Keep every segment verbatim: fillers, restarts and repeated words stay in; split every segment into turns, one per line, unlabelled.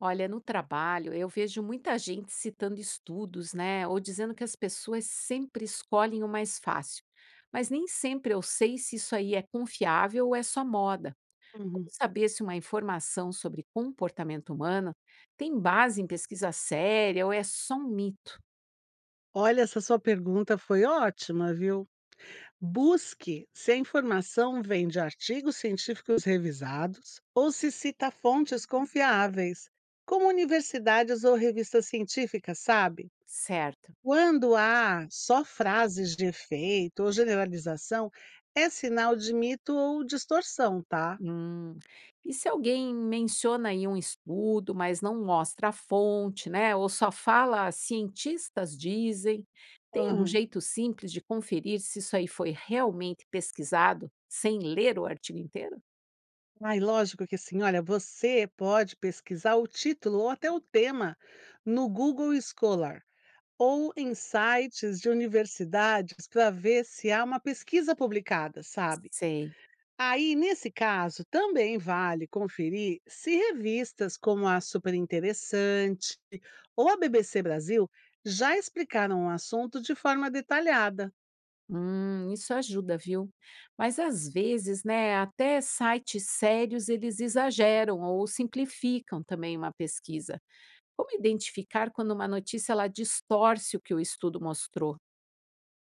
Olha, no trabalho, eu vejo muita gente citando estudos, né? Ou dizendo que as pessoas sempre escolhem o mais fácil. Mas nem sempre eu sei se isso aí é confiável ou é só moda. Como
Uhum.
saber se uma informação sobre comportamento humano tem base em pesquisa séria ou é só um mito,
Olha, essa sua pergunta foi ótima, viu? Busque se a informação vem de artigos científicos revisados ou se cita fontes confiáveis, como universidades ou revistas científicas, sabe?
certo?
Quando há só frases de efeito ou generalização, é sinal de mito ou distorção, tá?
Hum. E se alguém menciona aí um estudo, mas não mostra a fonte, né? Ou só fala cientistas dizem, tem um
Aham.
jeito simples de conferir se isso aí foi realmente pesquisado sem ler o artigo inteiro?
Ai, lógico que sim. Olha, você pode pesquisar o título ou até o tema no Google Scholar ou em sites de universidades para ver se há uma pesquisa publicada, sabe?
Sei.
Aí, nesse caso, também vale conferir se revistas como a Super Interessante ou a B B C Brasil já explicaram o assunto de forma detalhada.
Hum, isso ajuda, viu? Mas às vezes, né, até sites sérios eles exageram ou simplificam também uma pesquisa. Como identificar quando uma notícia ela distorce o que o estudo mostrou?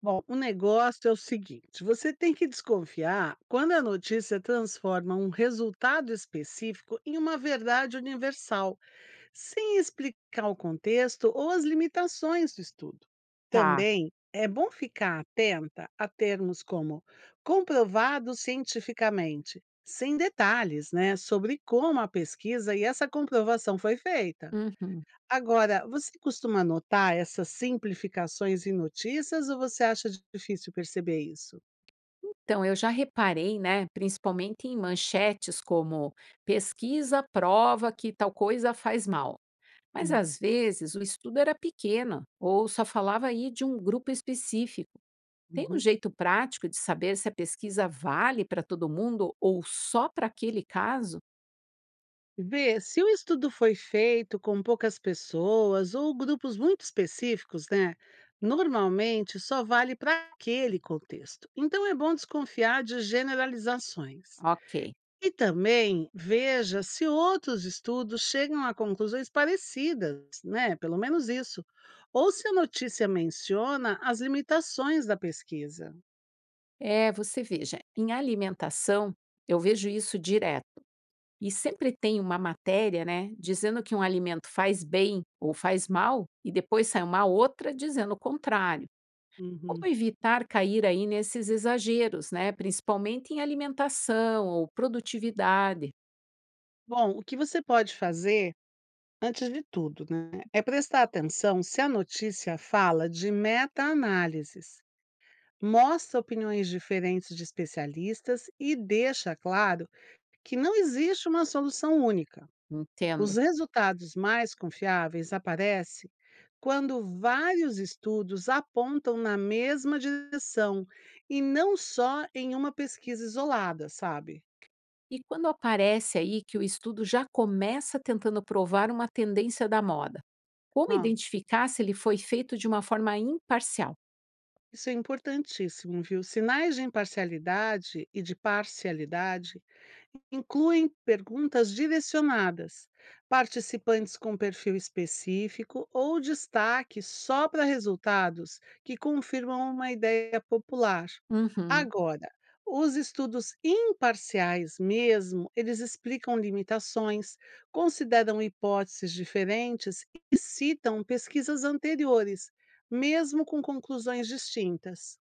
Bom, o negócio é o seguinte: você tem que desconfiar quando a notícia transforma um resultado específico em uma verdade universal, sem explicar o contexto ou as limitações do estudo.
Tá.
Também é bom ficar atenta a termos como comprovado cientificamente, sem detalhes, né, sobre como a pesquisa e essa comprovação foi feita.
Uhum.
Agora, você costuma notar essas simplificações em notícias ou você acha difícil perceber isso?
Então, eu já reparei, né, principalmente em manchetes como pesquisa prova que tal coisa faz mal. Mas
Hum.
às vezes o estudo era pequeno ou só falava aí de um grupo específico. Tem um
Uhum.
jeito prático de saber se a pesquisa vale para todo mundo ou só para aquele caso?
Vê, se o estudo foi feito com poucas pessoas ou grupos muito específicos, né? Normalmente só vale para aquele contexto. Então é bom desconfiar de generalizações.
Ok.
E também veja se outros estudos chegam a conclusões parecidas, né? Pelo menos isso. Ou se a notícia menciona as limitações da pesquisa.
É, você veja, em alimentação, eu vejo isso direto. E sempre tem uma matéria, né, dizendo que um alimento faz bem ou faz mal, e depois sai uma outra dizendo o contrário.
Uhum.
Como evitar cair aí nesses exageros, né? Principalmente em alimentação ou produtividade,
Bom, o que você pode fazer, antes de tudo, né, é prestar atenção se a notícia fala de meta-análises, mostra opiniões diferentes de especialistas e deixa claro que não existe uma solução única.
entendo.
Os resultados mais confiáveis aparecem quando vários estudos apontam na mesma direção e não só em uma pesquisa isolada, sabe?
E quando aparece aí que o estudo já começa tentando provar uma tendência da moda? Como
Hã,
identificar se ele foi feito de uma forma imparcial?
isso é importantíssimo, viu? Sinais de imparcialidade e de parcialidade incluem perguntas direcionadas, participantes com perfil específico ou destaque só para resultados que confirmam uma ideia popular.
Uhum.
Agora, os estudos imparciais mesmo, eles explicam limitações, consideram hipóteses diferentes e citam pesquisas anteriores, mesmo com conclusões distintas.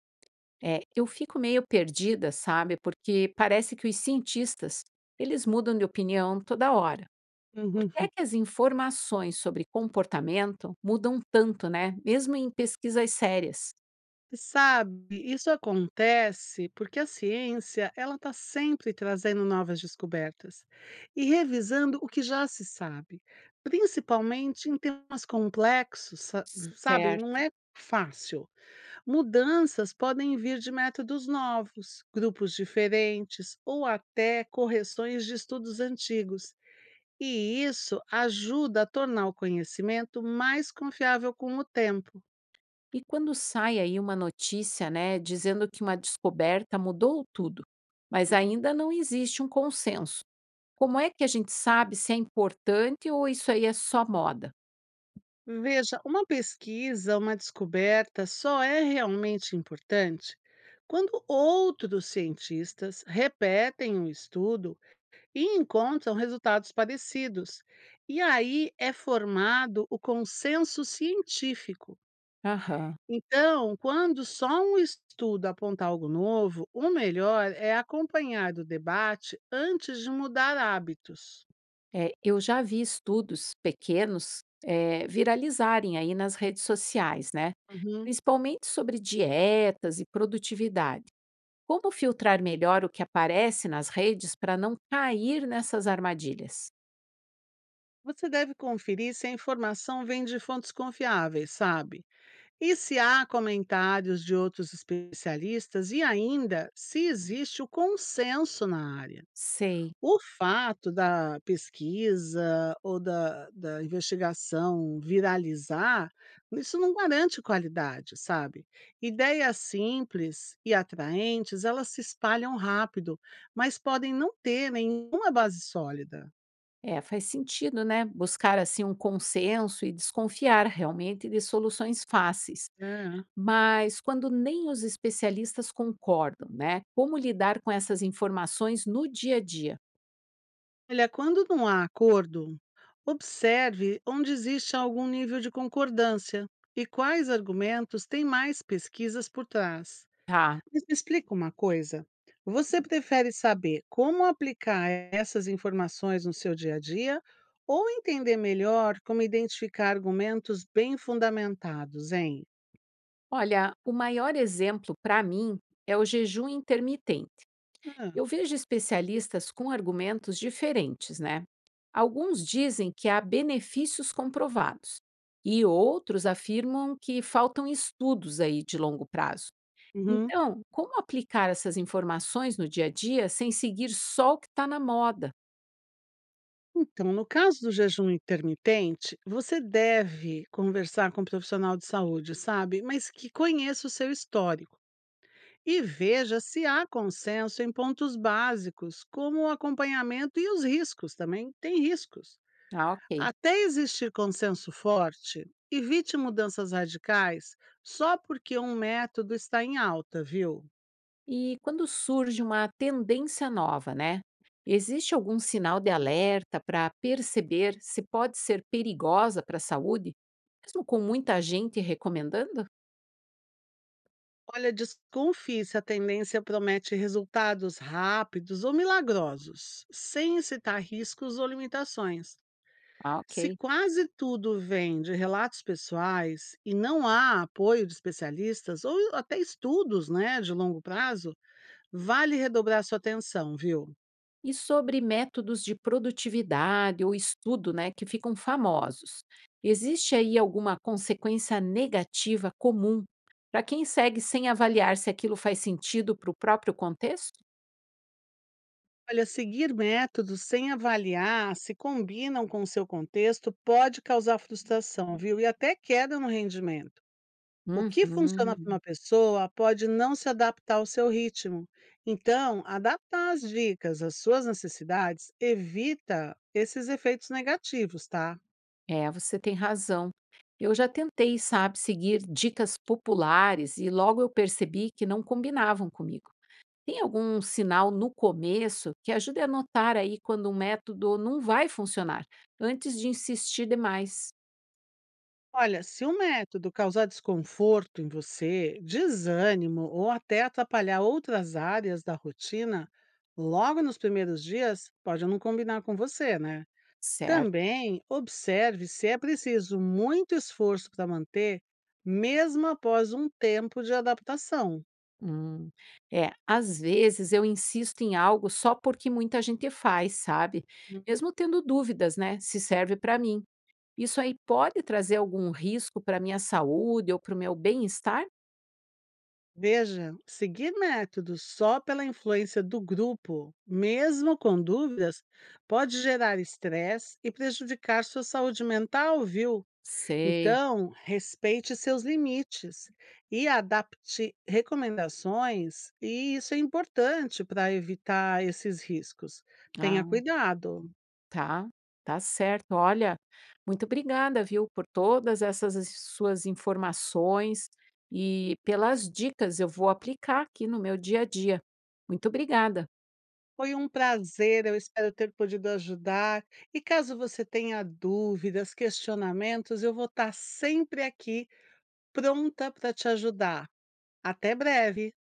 É, eu fico meio perdida, sabe? Porque parece que os cientistas, eles mudam de opinião toda hora. Por que é que as informações sobre comportamento mudam tanto, né? Mesmo em pesquisas sérias.
Sabe, isso acontece porque a ciência ela está sempre trazendo novas descobertas e revisando o que já se sabe, principalmente em temas complexos, sa- sabe? Não
Certo.
é fácil. Mudanças podem vir de métodos novos, grupos diferentes ou até correções de estudos antigos. E isso ajuda a tornar o conhecimento mais confiável com o tempo.
E quando sai aí uma notícia, né, dizendo que uma descoberta mudou tudo, mas ainda não existe um consenso. Como é que a gente sabe se é importante ou isso aí é só moda?
Veja, uma pesquisa, uma descoberta só é realmente importante quando outros cientistas repetem o estudo e encontram resultados parecidos. E aí é formado o consenso científico.
Aham.
Então, quando só um estudo aponta algo novo, o melhor é acompanhar o debate antes de mudar hábitos.
É, eu já vi estudos pequenos, eh, viralizarem aí nas redes sociais, né?
Uhum.
Principalmente sobre dietas e produtividade. Como filtrar melhor o que aparece nas redes para não cair nessas armadilhas?
Você deve conferir se a informação vem de fontes confiáveis, sabe? E se há comentários de outros especialistas e ainda se existe o consenso na área.
Sei.
O fato da pesquisa ou da, da investigação viralizar, isso não garante qualidade, sabe? Ideias simples e atraentes, elas se espalham rápido, mas podem não ter nenhuma base sólida.
É, faz sentido, né? Buscar assim um consenso e desconfiar realmente de soluções fáceis.
É.
Mas quando nem os especialistas concordam, né? Como lidar com essas informações no dia a dia?
Olha, quando não há acordo, observe onde existe algum nível de concordância e quais argumentos têm mais pesquisas por trás.
Tá.
Mas me explica uma coisa: você prefere saber como aplicar essas informações no seu dia a dia ou entender melhor como identificar argumentos bem fundamentados, hein?
Olha, o maior exemplo para mim é o jejum intermitente.
Ah,
Eu vejo especialistas com argumentos diferentes, né? Alguns dizem que há benefícios comprovados e outros afirmam que faltam estudos aí de longo prazo.
uhum.
Então, como aplicar essas informações no dia a dia sem seguir só o que está na moda?
Então, no caso do jejum intermitente, você deve conversar com um profissional de saúde, sabe? Mas que conheça o seu histórico. E veja se há consenso em pontos básicos, como o acompanhamento e os riscos também. Tem riscos.
Ah, ok.
Até existir consenso forte, evite mudanças radicais só porque um método está em alta, viu?
E quando surge uma tendência nova, né? Existe algum sinal de alerta para perceber se pode ser perigosa para a saúde, mesmo com muita gente recomendando?
Olha, desconfie se a tendência promete resultados rápidos ou milagrosos, sem citar riscos ou limitações.
Ah,
Se
ok.
quase tudo vem de relatos pessoais e não há apoio de especialistas ou até estudos, né, de longo prazo, vale redobrar sua atenção, viu?
E sobre métodos de produtividade ou estudo, né, que ficam famosos. Existe aí alguma consequência negativa comum para quem segue sem avaliar se aquilo faz sentido para o próprio contexto?
Olha, seguir métodos sem avaliar se combinam com o seu contexto pode causar frustração, viu? E até queda no rendimento. O que funciona para
Uhum.
uma pessoa pode não se adaptar ao seu ritmo. Então, adaptar as dicas às suas necessidades evita esses efeitos negativos, tá?
É, você tem razão. Eu já tentei, sabe, seguir dicas populares e logo eu percebi que não combinavam comigo. Tem algum sinal no começo que ajude a notar aí quando um método não vai funcionar, antes de insistir demais,
Olha, se o método causar desconforto em você, desânimo ou até atrapalhar outras áreas da rotina, logo nos primeiros dias, pode não combinar com você, né?
certo?
Também observe se é preciso muito esforço para manter, mesmo após um tempo de adaptação.
Hum. É, às vezes eu insisto em algo só porque muita gente faz, sabe?
Hum.
Mesmo tendo dúvidas, né, se serve para mim. Isso aí pode trazer algum risco para minha saúde ou para o meu bem-estar?
Veja, seguir métodos só pela influência do grupo, mesmo com dúvidas, pode gerar estresse e prejudicar sua saúde mental, viu?
Sei.
Então, respeite seus limites e adapte recomendações, e isso é importante para evitar esses riscos. Tenha
Ah,
cuidado.
tá. Tá certo. Olha, muito obrigada, viu, por todas essas as suas informações e pelas dicas. Eu vou aplicar aqui no meu dia a dia. Muito obrigada.
Foi um prazer, eu espero ter podido ajudar. E caso você tenha dúvidas, questionamentos, eu vou estar sempre aqui pronta para te ajudar. Até breve!